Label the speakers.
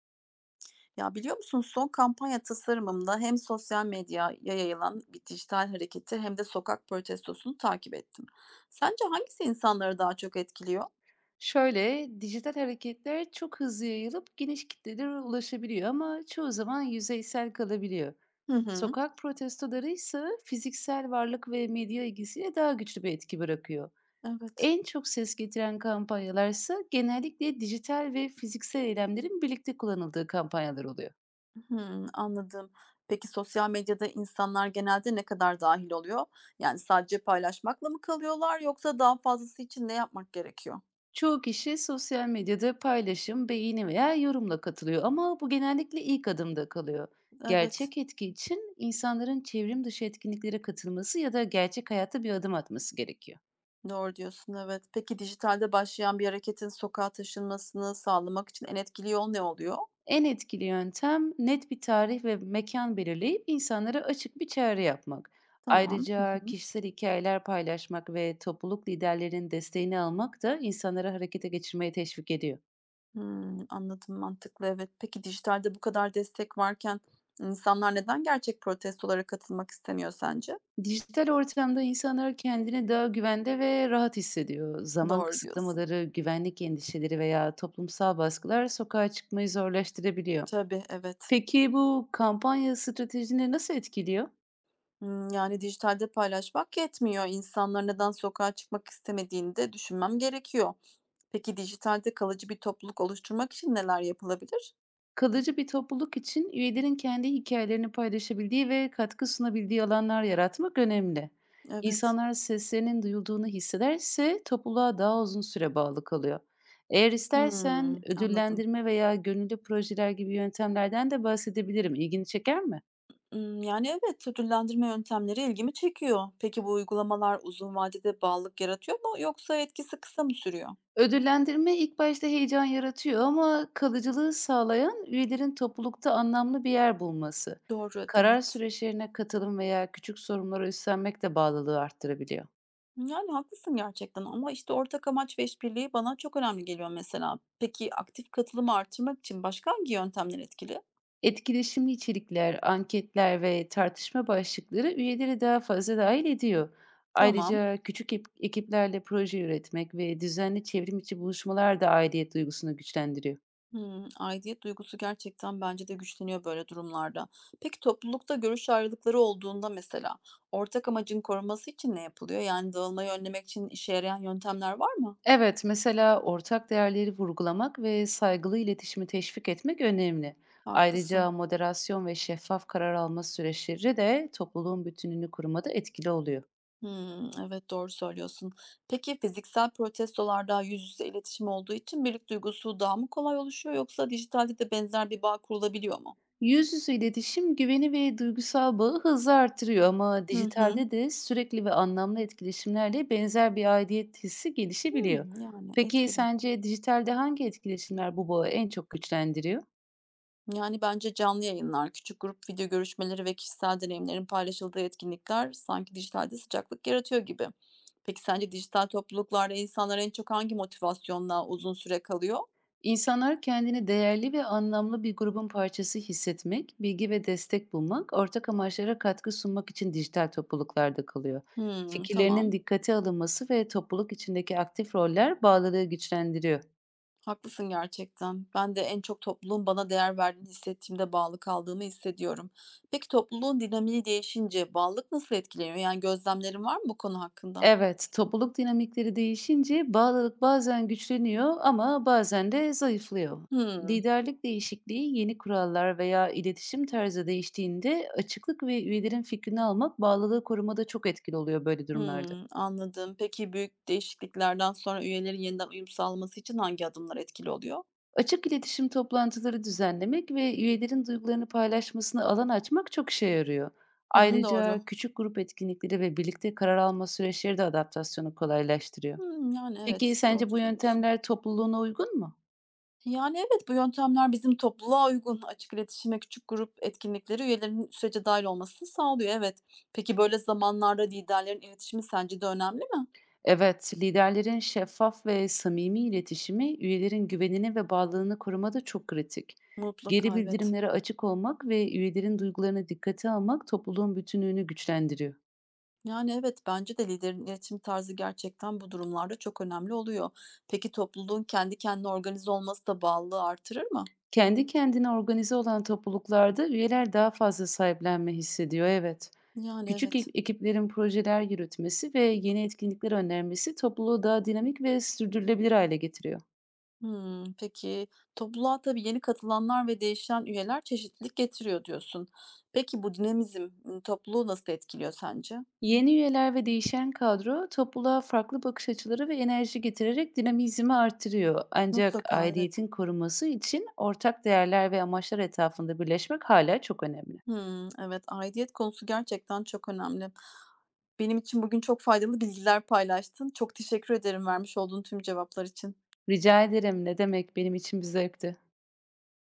Speaker 1: Ya, biliyor musun son kampanya tasarımımda hem sosyal medyaya yayılan bir dijital hareketi hem de sokak protestosunu takip ettim. Sence hangisi insanları daha çok etkiliyor?
Speaker 2: Şöyle, dijital hareketler çok hızlı yayılıp geniş kitlelere ulaşabiliyor ama çoğu zaman yüzeysel kalabiliyor.
Speaker 1: Hı hı.
Speaker 2: Sokak protestoları ise fiziksel varlık ve medya ilgisiyle daha güçlü bir etki bırakıyor.
Speaker 1: Evet.
Speaker 2: En çok ses getiren kampanyalarsa genellikle dijital ve fiziksel eylemlerin birlikte kullanıldığı kampanyalar oluyor.
Speaker 1: Hı, anladım. Peki sosyal medyada insanlar genelde ne kadar dâhil oluyor? Yani sadece paylaşmakla mı kalıyorlar yoksa daha fazlası için ne yapmak gerekiyor?
Speaker 2: Çoğu kişi sosyal medyada paylaşım, beğeni veya yorumla katılıyor ama bu genellikle ilk adımda kalıyor.
Speaker 1: Evet,
Speaker 2: Gerçek etki için insanların çevrim dışı etkinliklere katılması ya da gerçek hayata bir adım atması gerekiyor.
Speaker 1: doğru diyorsun, evet. Peki dijitalde başlayan bir hareketin sokağa taşınmasını sağlamak için en etkili yol ne oluyor?
Speaker 2: En etkili yöntem net bir tarih ve mekan belirleyip insanlara açık bir çağrı yapmak.
Speaker 1: Tamam. Hı
Speaker 2: Ayrıca
Speaker 1: hı.
Speaker 2: kişisel hikayeler paylaşmak ve topluluk liderlerinin desteğini almak da insanları harekete geçirmeye teşvik ediyor.
Speaker 1: Hımm, anladım, mantıklı, evet. Peki dijitalde bu kadar destek varken insanlar neden gerçek protestolara katılmak istemiyor sence?
Speaker 2: Dijital ortamda insanlar kendini daha güvende ve rahat hissediyor. Zaman
Speaker 1: Doğru diyorsun.
Speaker 2: kısıtlamaları, güvenlik endişeleri veya toplumsal baskılar sokağa çıkmayı zorlaştırabiliyor.
Speaker 1: Tabii, evet.
Speaker 2: Peki bu kampanya stratejini nasıl etkiliyor?
Speaker 1: Hımm, yani dijitalde paylaşmak yetmiyor. İnsanlar neden sokağa çıkmak istemediğini de düşünmem gerekiyor. Peki dijitalde kalıcı bir topluluk oluşturmak için neler yapılabilir?
Speaker 2: Kalıcı bir topluluk için üyelerin kendi hikayelerini paylaşabildiği ve katkı sunabildiği alanlar yaratmak önemli.
Speaker 1: Evet.
Speaker 2: İnsanlar seslerinin duyulduğunu hissederse topluluğa daha uzun süre bağlı kalıyor. Eğer istersen
Speaker 1: Hımm, anladım.
Speaker 2: ödüllendirme veya gönüllü projeler gibi yöntemlerden de bahsedebilirim. İlgini çeker mi?
Speaker 1: Yani, evet, ödüllendirme yöntemleri ilgimi çekiyor. Peki bu uygulamalar uzun vadede bağlılık yaratıyor mu yoksa etkisi kısa mı sürüyor?
Speaker 2: Ödüllendirme ilk başta heyecan yaratıyor ama kalıcılığı sağlayan üyelerin toplulukta anlamlı bir yer bulması.
Speaker 1: Doğru,
Speaker 2: Karar
Speaker 1: evet.
Speaker 2: süreçlerine katılım veya küçük sorumlulara üstlenmek de bağlılığı arttırabiliyor.
Speaker 1: Yani, haklısın gerçekten ama, işte, ortak amaç ve işbirliği bana çok önemli geliyor mesela. Peki aktif katılımı artırmak için başka hangi yöntemler etkili?
Speaker 2: Etkileşimli içerikler, anketler ve tartışma başlıkları üyeleri daha fazla dahil ediyor.
Speaker 1: Tamam.
Speaker 2: Ayrıca küçük ekiplerle proje üretmek ve düzenli çevrim içi buluşmalar da aidiyet duygusunu güçlendiriyor.
Speaker 1: Hımm, aidiyet duygusu gerçekten bence de güçleniyor böyle durumlarda. Peki toplulukta görüş ayrılıkları olduğunda mesela ortak amacın korunması için ne yapılıyor? Yani dağılmayı önlemek için işe yarayan yöntemler var mı?
Speaker 2: Evet, mesela ortak değerleri vurgulamak ve saygılı iletişimi teşvik etmek önemli. Ayrıca
Speaker 1: Haklısın.
Speaker 2: moderasyon ve şeffaf karar alma süreçleri de topluluğun bütünlüğünü korumada etkili oluyor.
Speaker 1: Hımm, evet, doğru söylüyorsun. Peki fiziksel protestolarda yüz yüze iletişim olduğu için birlik duygusu daha mı kolay oluşuyor yoksa dijitalde de benzer bir bağ kurulabiliyor mu?
Speaker 2: Yüz yüze iletişim güveni ve duygusal bağı hızla artırıyor ama
Speaker 1: Hı hı.
Speaker 2: dijitalde de sürekli ve anlamlı etkileşimlerle benzer bir aidiyet hissi gelişebiliyor.
Speaker 1: Hımm, yani
Speaker 2: Peki
Speaker 1: etkili.
Speaker 2: sence dijitalde hangi etkileşimler bu bağı en çok güçlendiriyor?
Speaker 1: Yani bence canlı yayınlar, küçük grup video görüşmeleri ve kişisel deneyimlerin paylaşıldığı etkinlikler sanki dijitalde sıcaklık yaratıyor gibi. Peki sence dijital topluluklarda insanlar en çok hangi motivasyonla uzun süre kalıyor?
Speaker 2: İnsanlar kendini değerli ve anlamlı bir grubun parçası hissetmek, bilgi ve destek bulmak, ortak amaçlara katkı sunmak için dijital topluluklarda kalıyor.
Speaker 1: Hımm,
Speaker 2: Fikirlerinin
Speaker 1: tamam.
Speaker 2: dikkate alınması ve topluluk içindeki aktif roller bağlılığı güçlendiriyor.
Speaker 1: Haklısın gerçekten. Ben de en çok topluluğun bana değer verdiğini hissettiğimde bağlı kaldığımı hissediyorum. Peki topluluğun dinamiği değişince bağlılık nasıl etkileniyor? Yani gözlemlerin var mı bu konu hakkında?
Speaker 2: Evet, topluluk dinamikleri değişince bağlılık bazen güçleniyor ama bazen de zayıflıyor.
Speaker 1: Hımm,
Speaker 2: Liderlik değişikliği, yeni kurallar veya iletişim tarzı değiştiğinde açıklık ve üyelerin fikrini almak bağlılığı korumada çok etkili oluyor böyle durumlarda.
Speaker 1: hımm, anladım. Peki büyük değişikliklerden sonra üyelerin yeniden uyum sağlaması için hangi adımlar etkili oluyor?
Speaker 2: Açık iletişim toplantıları düzenlemek ve üyelerin duygularını paylaşmasına alan açmak çok işe yarıyor.
Speaker 1: Hı hı, doğru.
Speaker 2: Ayrıca küçük grup etkinlikleri ve birlikte karar alma süreçleri de adaptasyonu kolaylaştırıyor.
Speaker 1: Hımm, yani
Speaker 2: Peki
Speaker 1: evet, doğru
Speaker 2: sence bu
Speaker 1: söylüyorsun.
Speaker 2: yöntemler topluluğuna uygun mu?
Speaker 1: Yani, evet, bu yöntemler bizim topluluğa uygun. Açık iletişime küçük grup etkinlikleri üyelerinin sürece dahil olmasını sağlıyor, evet. Peki, böyle zamanlarda liderlerin iletişimi sence de önemli mi?
Speaker 2: Evet, liderlerin şeffaf ve samimi iletişimi üyelerin güvenini ve bağlılığını korumada çok kritik. Geri
Speaker 1: Mutlaka, evet.
Speaker 2: bildirimlere açık olmak ve üyelerin duygularına dikkate almak topluluğun bütünlüğünü güçlendiriyor.
Speaker 1: Yani, evet, bence de liderin iletişim tarzı gerçekten bu durumlarda çok önemli oluyor. Peki, topluluğun kendi kendine organize olması da bağlılığı artırır mı?
Speaker 2: Kendi kendine organize olan topluluklarda üyeler daha fazla sahiplenme hissediyor, evet.
Speaker 1: Yani,
Speaker 2: Küçük
Speaker 1: evet.
Speaker 2: ekiplerin projeler yürütmesi ve yeni etkinlikler önermesi topluluğu daha dinamik ve sürdürülebilir hale getiriyor.
Speaker 1: Hımm, peki, topluluğa tabii yeni katılanlar ve değişen üyeler çeşitlilik getiriyor diyorsun. Peki, bu dinamizm, topluluğu nasıl etkiliyor sence?
Speaker 2: Yeni üyeler ve değişen kadro topluluğa farklı bakış açıları ve enerji getirerek dinamizmi artırıyor. Ancak
Speaker 1: Mutlaka, evet.
Speaker 2: aidiyetin korunması için ortak değerler ve amaçlar etrafında birleşmek hala çok önemli.
Speaker 1: Hımm, evet, aidiyet konusu gerçekten çok önemli. Benim için bugün çok faydalı bilgiler paylaştın. Çok teşekkür ederim vermiş olduğun tüm cevaplar için.
Speaker 2: Rica ederim ne demek benim için bir zevkti.